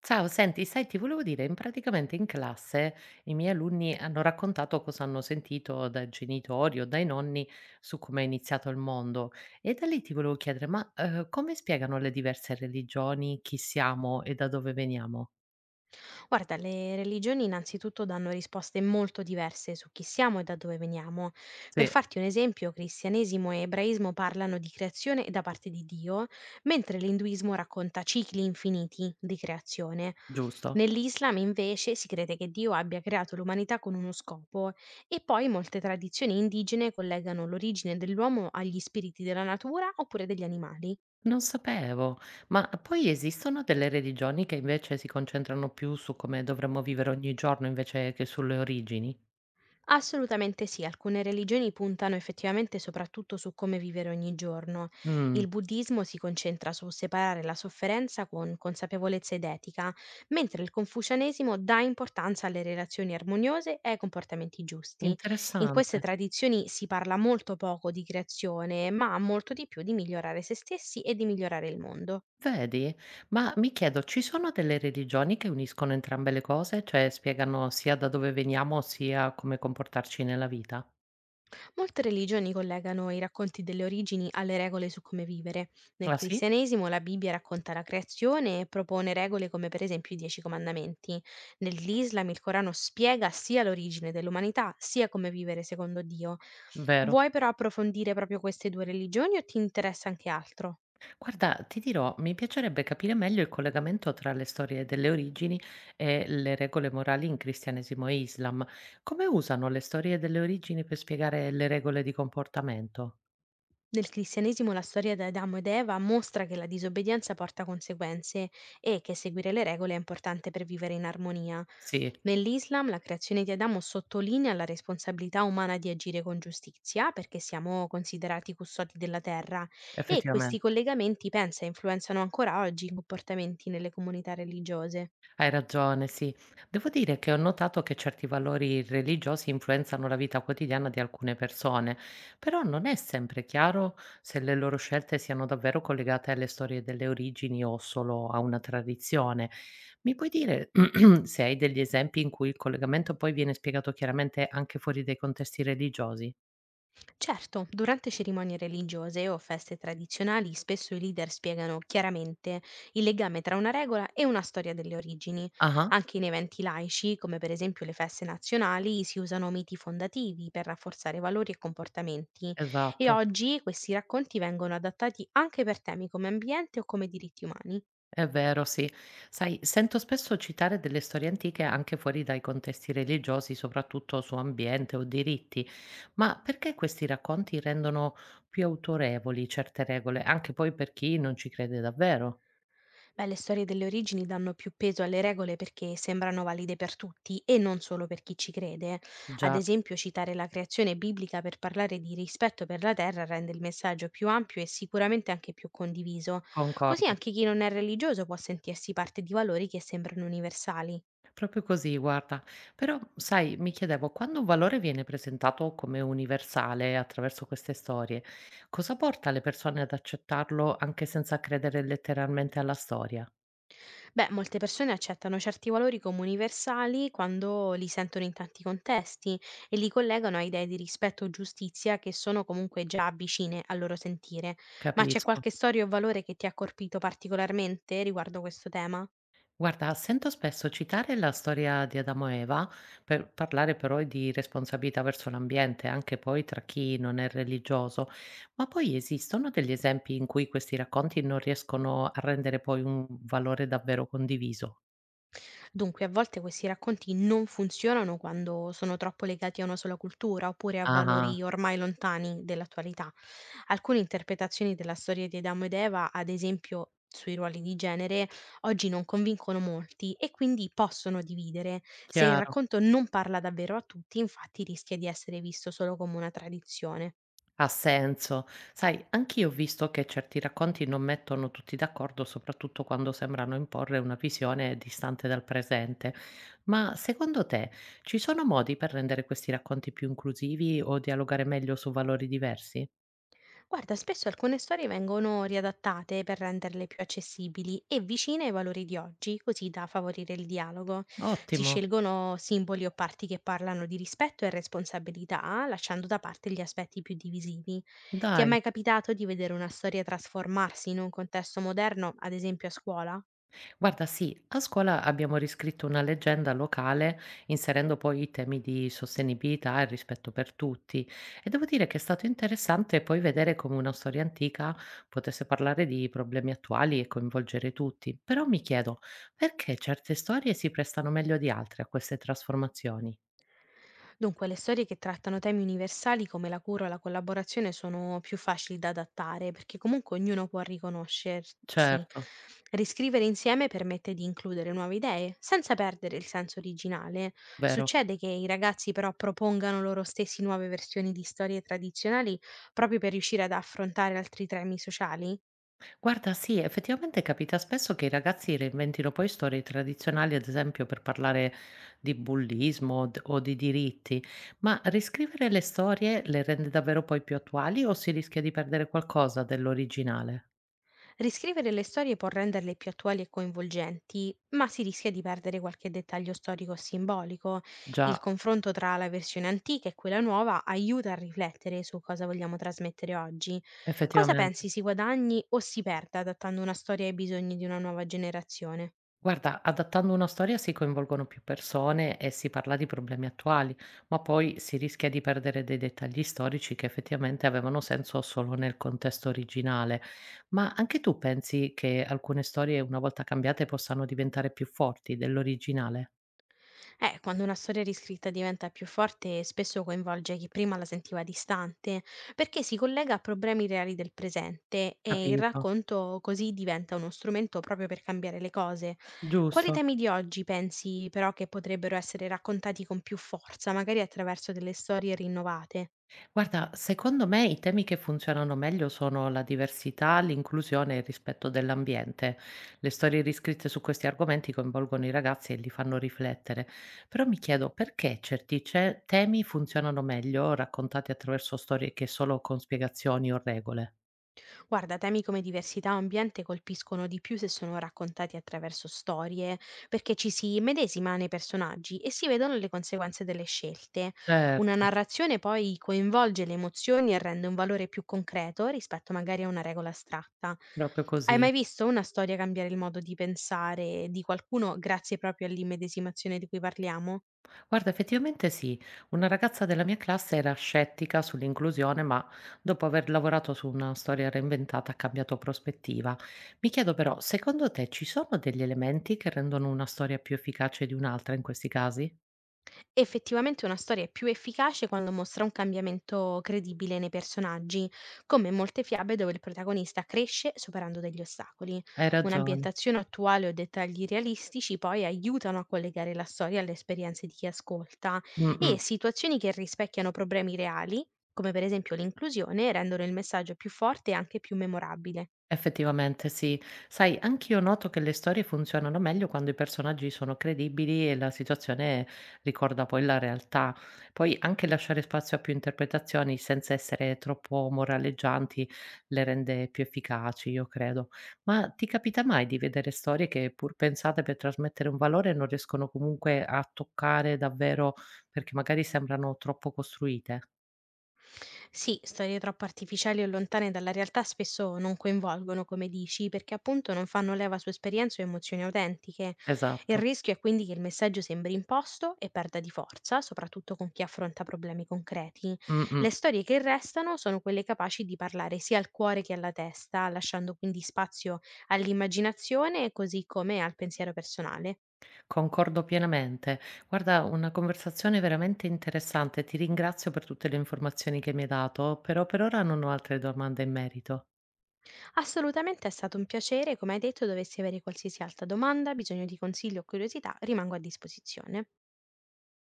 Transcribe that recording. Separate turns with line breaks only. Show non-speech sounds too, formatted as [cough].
Ciao, senti, sai, ti volevo dire, in praticamente in classe i miei alunni hanno raccontato cosa hanno sentito dai genitori o dai nonni su come è iniziato il mondo e da lì ti volevo chiedere, ma come spiegano le diverse religioni, chi siamo e da dove veniamo?
Guarda, le religioni innanzitutto danno risposte molto diverse su chi siamo e da dove veniamo. Per
Sì,
farti un esempio, cristianesimo e ebraismo parlano di creazione da parte di Dio, mentre l'induismo racconta cicli infiniti di creazione.
giusto.
Nell'Islam invece si crede che Dio abbia creato l'umanità con uno scopo e poi molte tradizioni indigene collegano l'origine dell'uomo agli spiriti della natura oppure degli animali.
Non sapevo, ma poi esistono delle religioni che invece si concentrano più su come dovremmo vivere ogni giorno invece che sulle origini?
Assolutamente sì, alcune religioni puntano effettivamente soprattutto su come vivere ogni giorno.
Mm,
Il buddismo si concentra su separare la sofferenza con consapevolezza ed etica, mentre il confucianesimo dà importanza alle relazioni armoniose e ai comportamenti giusti. In queste
interessante.
tradizioni si parla molto poco di creazione, ma molto di più di migliorare se stessi e di migliorare il mondo.
Vedi? Ma mi chiedo, ci sono delle religioni che uniscono entrambe le cose? Cioè spiegano sia da dove veniamo, sia come comportarci nella vita?
Molte religioni collegano i racconti delle origini alle regole su come vivere. Nel
Ah sì?
cristianesimo la Bibbia racconta la creazione e propone regole come per esempio i Dieci Comandamenti. Nell'Islam il Corano spiega sia l'origine dell'umanità sia come vivere secondo Dio.
Vero.
Vuoi però approfondire proprio queste due religioni o ti interessa anche altro?
Guarda, ti dirò, mi piacerebbe capire meglio il collegamento tra le storie delle origini e le regole morali in cristianesimo e Islam. Come usano le storie delle origini per spiegare le regole di comportamento?
Nel cristianesimo la storia di Adamo ed Eva mostra che la disobbedienza porta conseguenze e che seguire le regole è importante per vivere in armonia.
Sì,
Nell'Islam la creazione di Adamo sottolinea la responsabilità umana di agire con giustizia perché siamo considerati custodi della terra, e questi
effettivamente.
collegamenti pensa influenzano ancora oggi i comportamenti nelle comunità religiose.
Hai ragione, sì. Devo dire che ho notato che certi valori religiosi influenzano la vita quotidiana di alcune persone, però non è sempre chiaro se le loro scelte siano davvero collegate alle storie delle origini o solo a una tradizione. Mi puoi dire [clears throat] se hai degli esempi in cui il collegamento poi viene spiegato chiaramente anche fuori dai contesti religiosi?
Certo, durante cerimonie religiose o feste tradizionali spesso i leader spiegano chiaramente il legame tra una regola e una storia delle origini.
Ah,
Anche in eventi laici, come per esempio le feste nazionali, si usano miti fondativi per rafforzare valori e comportamenti, e
esatto.
oggi questi racconti vengono adattati anche per temi come ambiente o come diritti umani.
È vero, sì. Sai, sento spesso citare delle storie antiche anche fuori dai contesti religiosi, soprattutto su ambiente o diritti, ma perché questi racconti rendono più autorevoli certe regole, anche poi per chi non ci crede davvero?
Beh, le storie delle origini danno più peso alle regole perché sembrano valide per tutti e non solo per chi ci crede. Ad
Già,
esempio, citare la creazione biblica per parlare di rispetto per la terra rende il messaggio più ampio e sicuramente anche più condiviso. Così
concordo.
anche chi non è religioso può sentirsi parte di valori che sembrano universali.
Proprio così, guarda. Però, sai, mi chiedevo, quando un valore viene presentato come universale attraverso queste storie, cosa porta le persone ad accettarlo anche senza credere letteralmente alla storia?
Beh, molte persone accettano certi valori come universali quando li sentono in tanti contesti e li collegano a idee di rispetto o giustizia che sono comunque già vicine al loro sentire. Ma c'è
Capisco.
qualche storia o valore che ti ha colpito particolarmente riguardo questo tema?
Guarda, sento spesso citare la storia di Adamo e Eva per parlare però di responsabilità verso l'ambiente, anche poi tra chi non è religioso, ma poi esistono degli esempi in cui questi racconti non riescono a rendere poi un valore davvero condiviso?
Dunque, a volte questi racconti non funzionano quando sono troppo legati a una sola cultura oppure a
Ah,
valori ormai lontani dell'attualità. Alcune interpretazioni della storia di Adamo ed Eva, ad esempio sui ruoli di genere, oggi non convincono molti e quindi possono dividere. Se il
chiaro.
racconto non parla davvero a tutti, infatti rischia di essere visto solo come una tradizione.
Ha senso. Sai, anch'io ho visto che certi racconti non mettono tutti d'accordo, soprattutto quando sembrano imporre una visione distante dal presente. Ma secondo te ci sono modi per rendere questi racconti più inclusivi o dialogare meglio su valori diversi?
Guarda, spesso alcune storie vengono riadattate per renderle più accessibili e vicine ai valori di oggi, così da favorire il dialogo. Si
Ottimo,
scelgono simboli o parti che parlano di rispetto e responsabilità, lasciando da parte gli aspetti più divisivi. Ti è
dai.
mai capitato di vedere una storia trasformarsi in un contesto moderno, ad esempio a scuola?
Guarda, sì, a scuola abbiamo riscritto una leggenda locale inserendo poi i temi di sostenibilità e rispetto per tutti e devo dire che è stato interessante poi vedere come una storia antica potesse parlare di problemi attuali e coinvolgere tutti. Però mi chiedo, perché certe storie si prestano meglio di altre a queste trasformazioni?
Dunque, le storie che trattano temi universali come la cura o la collaborazione sono più facili da adattare perché comunque ognuno può riconoscersi.
Certo,
Riscrivere insieme permette di includere nuove idee senza perdere il senso originale.
vero.
Succede che i ragazzi però propongano loro stessi nuove versioni di storie tradizionali proprio per riuscire ad affrontare altri temi sociali?
Guarda, sì, effettivamente capita spesso che i ragazzi reinventino poi storie tradizionali, ad esempio per parlare di bullismo o di diritti, ma riscrivere le storie le rende davvero poi più attuali o si rischia di perdere qualcosa dell'originale?
Riscrivere le storie può renderle più attuali e coinvolgenti, ma si rischia di perdere qualche dettaglio storico o simbolico. Il
Già,
confronto tra la versione antica e quella nuova aiuta a riflettere su cosa vogliamo trasmettere oggi. Cosa
effettivamente.
pensi si guadagni o si perda adattando una storia ai bisogni di una nuova generazione?
Guarda, adattando una storia si coinvolgono più persone e si parla di problemi attuali, ma poi si rischia di perdere dei dettagli storici che effettivamente avevano senso solo nel contesto originale. Ma anche tu pensi che alcune storie, una volta cambiate, possano diventare più forti dell'originale?
Quando una storia riscritta diventa più forte, spesso coinvolge chi prima la sentiva distante, perché si collega a problemi reali del presente e il
Capito,
racconto così diventa uno strumento proprio per cambiare le cose. Quali
giusto.
temi di oggi pensi però che potrebbero essere raccontati con più forza, magari attraverso delle storie rinnovate?
Guarda, secondo me i temi che funzionano meglio sono la diversità, l'inclusione e il rispetto dell'ambiente. Le storie riscritte su questi argomenti coinvolgono i ragazzi e li fanno riflettere. Però mi chiedo perché temi funzionano meglio raccontati attraverso storie che solo con spiegazioni o regole.
Guarda, temi come diversità o ambiente colpiscono di più se sono raccontati attraverso storie, perché ci si immedesima nei personaggi e si vedono le conseguenze delle scelte. Una
Certo,
narrazione poi coinvolge le emozioni e rende un valore più concreto rispetto magari a una regola astratta.
proprio
Hai
così.
mai visto una storia cambiare il modo di pensare di qualcuno grazie proprio all'immedesimazione di cui parliamo?
Guarda, effettivamente sì, una ragazza della mia classe era scettica sull'inclusione, ma dopo aver lavorato su una storia reinventata ha cambiato prospettiva. Mi chiedo però, secondo te ci sono degli elementi che rendono una storia più efficace di un'altra in questi casi?
Effettivamente una storia è più efficace quando mostra un cambiamento credibile nei personaggi, come in molte fiabe dove il protagonista cresce superando degli ostacoli.
Hai ragione.
Un'ambientazione attuale o dettagli realistici poi aiutano a collegare la storia alle esperienze di chi ascolta,
Mm,
e
mm.
situazioni che rispecchiano problemi reali, come per esempio l'inclusione, rendono il messaggio più forte e anche più memorabile.
Effettivamente sì. Sai, anch'io noto che le storie funzionano meglio quando i personaggi sono credibili e la situazione ricorda poi la realtà. Poi anche lasciare spazio a più interpretazioni senza essere troppo moraleggianti le rende più efficaci, io credo. Ma ti capita mai di vedere storie che pur pensate per trasmettere un valore non riescono comunque a toccare davvero perché magari sembrano troppo costruite?
Sì, storie troppo artificiali o lontane dalla realtà spesso non coinvolgono, come dici, perché appunto non fanno leva su esperienze o emozioni autentiche. Il
Esatto.
rischio è quindi che il messaggio sembri imposto e perda di forza, soprattutto con chi affronta problemi concreti.
Mh-mh.
Le storie che restano sono quelle capaci di parlare sia al cuore che alla testa, lasciando quindi spazio all'immaginazione così come al pensiero personale.
Concordo pienamente. Guarda, una conversazione veramente interessante. Ti ringrazio per tutte le informazioni che mi hai dato, però per ora non ho altre domande in merito.
Assolutamente è stato un piacere, come hai detto, dovessi avere qualsiasi altra domanda, bisogno di consiglio o curiosità, rimango a disposizione.